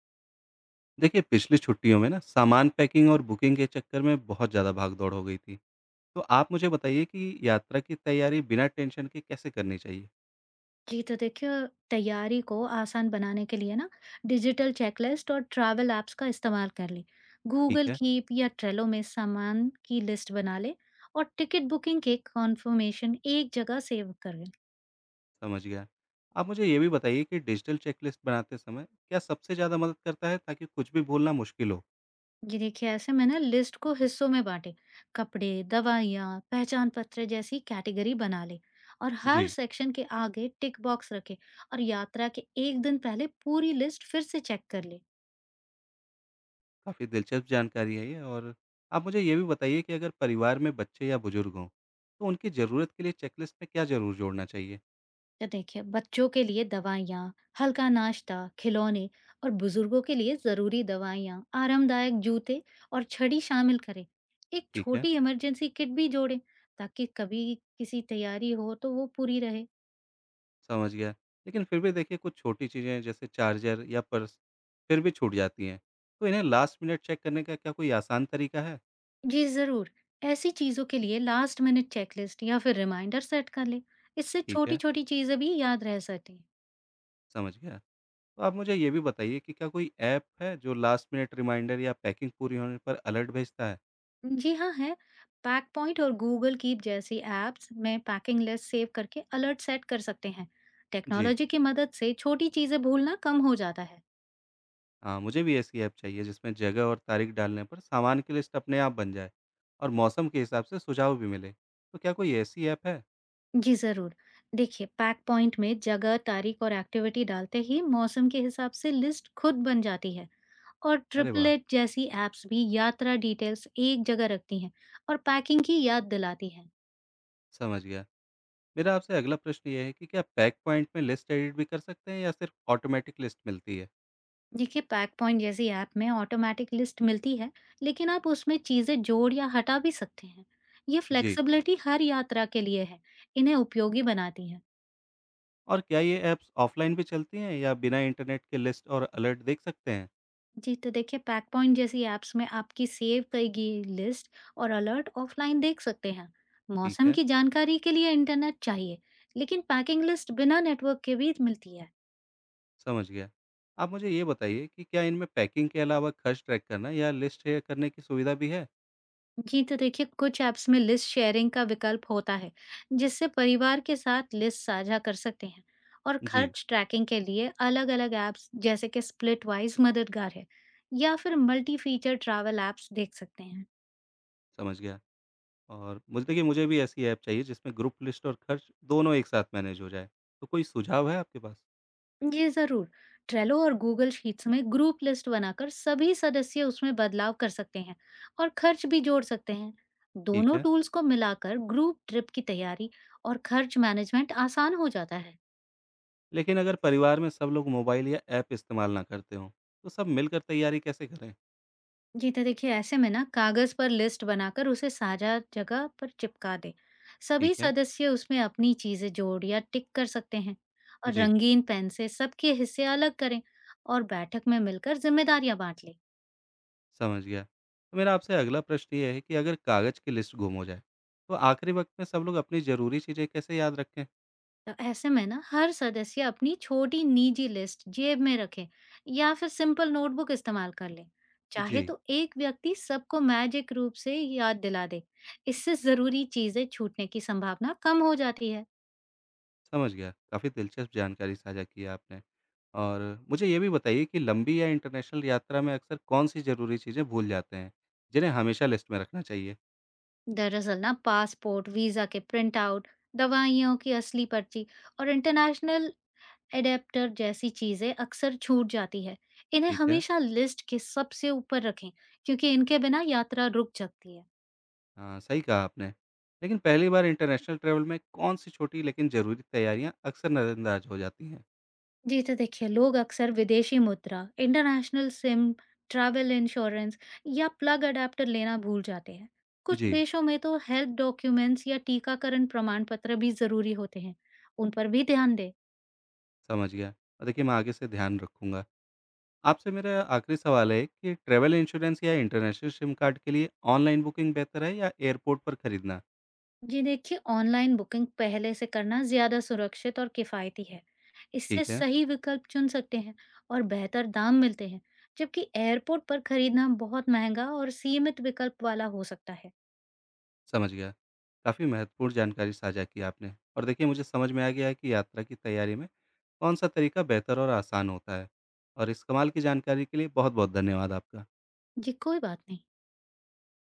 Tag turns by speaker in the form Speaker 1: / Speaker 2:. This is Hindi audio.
Speaker 1: देखिए, पिछली छुट्टियों में ना सामान पैकिंग और बुकिंग के चक्कर में बहुत ज़्यादा भाग-दौड़ हो गई थी। तो आप मुझे बताइए कि यात्रा की तैयारी बिना टेंशन के कैसे करनी चाहिए?
Speaker 2: जी, तो देखिए। तैयारी को आसान बनाने के लिए ना डिजिटल चेकलिस्ट और ट्रैवल ऐप्स का इस्तेमाल कर ले।
Speaker 1: ठीक
Speaker 2: गूगल
Speaker 1: है,
Speaker 2: कीप या ट्रेलो में सामान की लिस्ट बना ले और टिकट बुकिंग के कॉन्फर्मेशन एक जगह सेव कर ले।
Speaker 1: समझ गया। आप मुझे ये भी बताइए कि डिजिटल चेकलिस्ट बनाते समय क्या सबसे ज़्यादा मदद करता है ताकि कुछ भी भूलना मुश्किल हो?
Speaker 2: ये देखिए, ऐसे में ना लिस्ट को हिस्सों में बांटे। कपड़े, दवाइयाँ, पहचान पत्र जैसी कैटेगरी बना ले और हर
Speaker 1: जी,
Speaker 2: सेक्शन के आगे टिक बॉक्स रखे। और यात्रा के एक दिन पहले पूरी लिस्ट फिर से चेक कर ले।
Speaker 1: काफ़ी दिलचस्प जानकारी है ये। और आप मुझे ये भी बताइए कि अगर परिवार में बच्चे या बुजुर्ग हों, तो उनकी ज़रूरत के लिए चेकलिस्ट में क्या ज़रूर जोड़ना चाहिए?
Speaker 2: तो देखिए, बच्चों के लिए दवाइयाँ, हल्का नाश्ता, खिलौने, और बुजुर्गों के लिए जरूरी दवाइयाँ, आरामदायक जूते और छड़ी शामिल करें। एक
Speaker 1: ठीक है।
Speaker 2: छोटी इमरजेंसी किट भी जोड़ें, ताकि कभी किसी तैयारी हो तो वो पूरी रहे।
Speaker 1: समझ गया। लेकिन फिर भी देखिए, कुछ छोटी चीज़ें जैसे चार्जर या पर्स फिर भी छूट जाती हैं। तो इन्हें लास्ट मिनट चेक करने का क्या कोई आसान तरीका है?
Speaker 2: जी जरूर, ऐसी चीजों के लिए लास्ट मिनट चेकलिस्ट या फिर रिमाइंडर सेट कर लें। इससे
Speaker 1: ठीक
Speaker 2: छोटी
Speaker 1: है,
Speaker 2: छोटी चीजें भी याद रह सकें।
Speaker 1: समझ गया। तो आप मुझे ये भी बताइए कि क्या कोई ऐप है जो लास्ट मिनट रिमाइंडर या पैकिंग पूरी होने पर अलर्ट भेजता है?
Speaker 2: जी हाँ, है। पैक पॉइंट और गूगल कीप जैसी एप्स में पैकिंग लिस्ट सेव करके अलर्ट सेट कर सकते हैं।
Speaker 1: जी,
Speaker 2: टेक्नोलॉजी की मदद से छोटी चीजें भूलना कम हो जाता है।
Speaker 1: हाँ मुझे भी ऐसी ऐप चाहिए जिसमें जगह और तारीख डालने पर सामान की लिस्ट अपने आप बन जाए और मौसम के हिसाब से सुझाव भी मिले। तो क्या कोई ऐसी ऐप है?
Speaker 2: जी जरूर। देखिए, पैक पॉइंट में जगह, तारीख और एक्टिविटी डालते ही मौसम के हिसाब से लिस्ट खुद बन जाती है। और
Speaker 1: अरे वाह!
Speaker 2: ट्रिपलेट जैसी एप्स भी यात्रा डिटेल्स एक जगह रखती हैं और पैकिंग की याद दिलाती हैं।
Speaker 1: समझ गया। मेरा आपसे अगला प्रश्न ये है कि क्या पैक पॉइंट में लिस्ट एडिट भी कर सकते हैं या सिर्फ ऑटोमेटिक लिस्ट मिलती है?
Speaker 2: देखिए, पैक पॉइंट जैसी ऐप में ऑटोमेटिक लिस्ट मिलती है, लेकिन आप उसमें चीज़ें जोड़ या हटा भी सकते हैं। ये
Speaker 1: जी,
Speaker 2: फ्लेक्सिबिलिटी हर यात्रा के लिए है, इन्हें उपयोगी बनाती है।
Speaker 1: और क्या ये ऐप्स ऑफलाइन भी चलती हैं या बिना इंटरनेट के लिस्ट और अलर्ट देख सकते हैं?
Speaker 2: जी, तो देखिए, पैक पॉइंट जैसी ऐप्स में आपकी सेव की गई लिस्ट और अलर्ट ऑफलाइन देख सकते हैं।
Speaker 1: ठीक
Speaker 2: मौसम
Speaker 1: है,
Speaker 2: की जानकारी के लिए इंटरनेट चाहिए, लेकिन पैकिंग लिस्ट बिना नेटवर्क के भी मिलती है।
Speaker 1: समझ गया। आप मुझे ये बताइए कि क्या इनमें पैकिंग के अलावा खर्च ट्रैक करना या लिस्ट शेयर करने की सुविधा भी है?
Speaker 2: जी, तो देखिए, कुछ ऐप्स में लिस्ट शेयरिंग का विकल्प होता है, जिससे परिवार के साथ लिस्ट साझा कर सकते हैं। और
Speaker 1: जी,
Speaker 2: खर्च ट्रैकिंग के लिए अलग-अलग ऐप्स जैसे कि स्प्लिटवाइज मददगार है, या फिर मल्टी फीचर ट्रैवल ऐप्स देख सकते हैं।
Speaker 1: समझ गया। और मुझे भी ऐसी ऐप चाहिए जिसमें ग्रुप लिस्ट और खर्च दोनों एक साथ मैनेज हो जाए। तो कोई सुझाव है आपके पास?
Speaker 2: ये जरूर। ट्रेलो और गूगल शीट्स में ग्रुप लिस्ट बनाकर सभी सदस्य उसमें बदलाव कर सकते हैं और खर्च भी जोड़ सकते हैं।
Speaker 1: ठीक
Speaker 2: दोनों
Speaker 1: है।
Speaker 2: टूल्स को मिलाकर ग्रुप ट्रिप की तैयारी और खर्च मैनेजमेंट आसान हो जाता है।
Speaker 1: लेकिन अगर परिवार में सब लोग मोबाइल या ऐप इस्तेमाल ना करते हों, तो सब मिलकर तैयारी कैसे करें?
Speaker 2: जी, तो देखिए, ऐसे में ना कागज पर लिस्ट बनाकर उसे साझा जगह पर चिपका दें। सभी
Speaker 1: ठीक है।
Speaker 2: सदस्य उसमें अपनी चीजें जोड़ या टिक कर सकते हैं, और
Speaker 1: जी,
Speaker 2: रंगीन पेन से सबके हिस्से अलग करें, और बैठक में मिलकर जिम्मेदारियां बांट लें।
Speaker 1: समझ गया। तो मेरा आपसे अगला प्रश्न ये है कि अगर कागज की लिस्ट गुम हो जाए, तो आखिरी वक्त में सब लोग अपनी ज़रूरी चीज़ें कैसे याद रखें?
Speaker 2: तो ऐसे में ना हर सदस्य अपनी छोटी निजी लिस्ट जेब में रखे, या फिर सिंपल नोटबुक इस्तेमाल कर ले। चाहे
Speaker 1: जी,
Speaker 2: तो एक व्यक्ति सबको मैजिक रूप से याद दिला दे। इससे जरूरी चीजें छूटने की संभावना कम हो जाती है।
Speaker 1: समझ गया। काफ़ी दिलचस्प जानकारी साझा की है आपने। और मुझे ये भी बताइए कि लंबी या इंटरनेशनल यात्रा में अक्सर कौन सी ज़रूरी चीज़ें भूल जाते हैं जिन्हें हमेशा लिस्ट में रखना चाहिए।
Speaker 2: दरअसल ना पासपोर्ट, वीजा के प्रिंट आउट, दवाइयों की असली पर्ची, और इंटरनेशनल एडेप्टर जैसी चीजें अक्सर छूट जाती है। इन्हें
Speaker 1: ठीक है।
Speaker 2: हमेशा लिस्ट के सबसे ऊपर रखें, क्योंकि इनके बिना यात्रा रुक सकती है।
Speaker 1: हाँ, सही कहा आपने। लेकिन पहली बार इंटरनेशनल ट्रैवल में कौन-सी छोटी लेकिन ज़रूरी तैयारियाँ अक्सर नज़रअंदाज़ हो जाती हैं?
Speaker 2: जी, तो देखिए, लोग अक्सर विदेशी मुद्रा, इंटरनेशनल सिम, ट्रैवल इंश्योरेंस या प्लग अडेप्टर लेना भूल जाते हैं। कुछ
Speaker 1: जी,
Speaker 2: देशों में तो हेल्थ डॉक्यूमेंट्स या टीकाकरण प्रमाण पत्र भी जरूरी होते हैं, उन पर भी ध्यान दें।
Speaker 1: समझ गया। और देखिए, मैं आगे से ध्यान रखूँगा। आपसे मेरा आखिरी सवाल है कि ट्रैवल इंश्योरेंस या इंटरनेशनल सिम कार्ड के लिए ऑनलाइन बुकिंग बेहतर है या एयरपोर्ट पर खरीदना?
Speaker 2: जी देखिए, ऑनलाइन बुकिंग पहले से करना ज़्यादा सुरक्षित और किफ़ायती है। इससे
Speaker 1: ठीक है,
Speaker 2: सही विकल्प चुन सकते हैं और बेहतर दाम मिलते हैं, जबकि एयरपोर्ट पर खरीदना बहुत महंगा और सीमित विकल्प वाला हो सकता है।
Speaker 1: समझ गया। काफ़ी महत्वपूर्ण जानकारी साझा की आपने। और देखिए, मुझे समझ में आ गया है कि यात्रा की तैयारी में कौन-सा तरीका बेहतर और आसान होता है। और इस कमाल की जानकारी के लिए बहुत-बहुत धन्यवाद आपका।
Speaker 2: जी, कोई बात नहीं।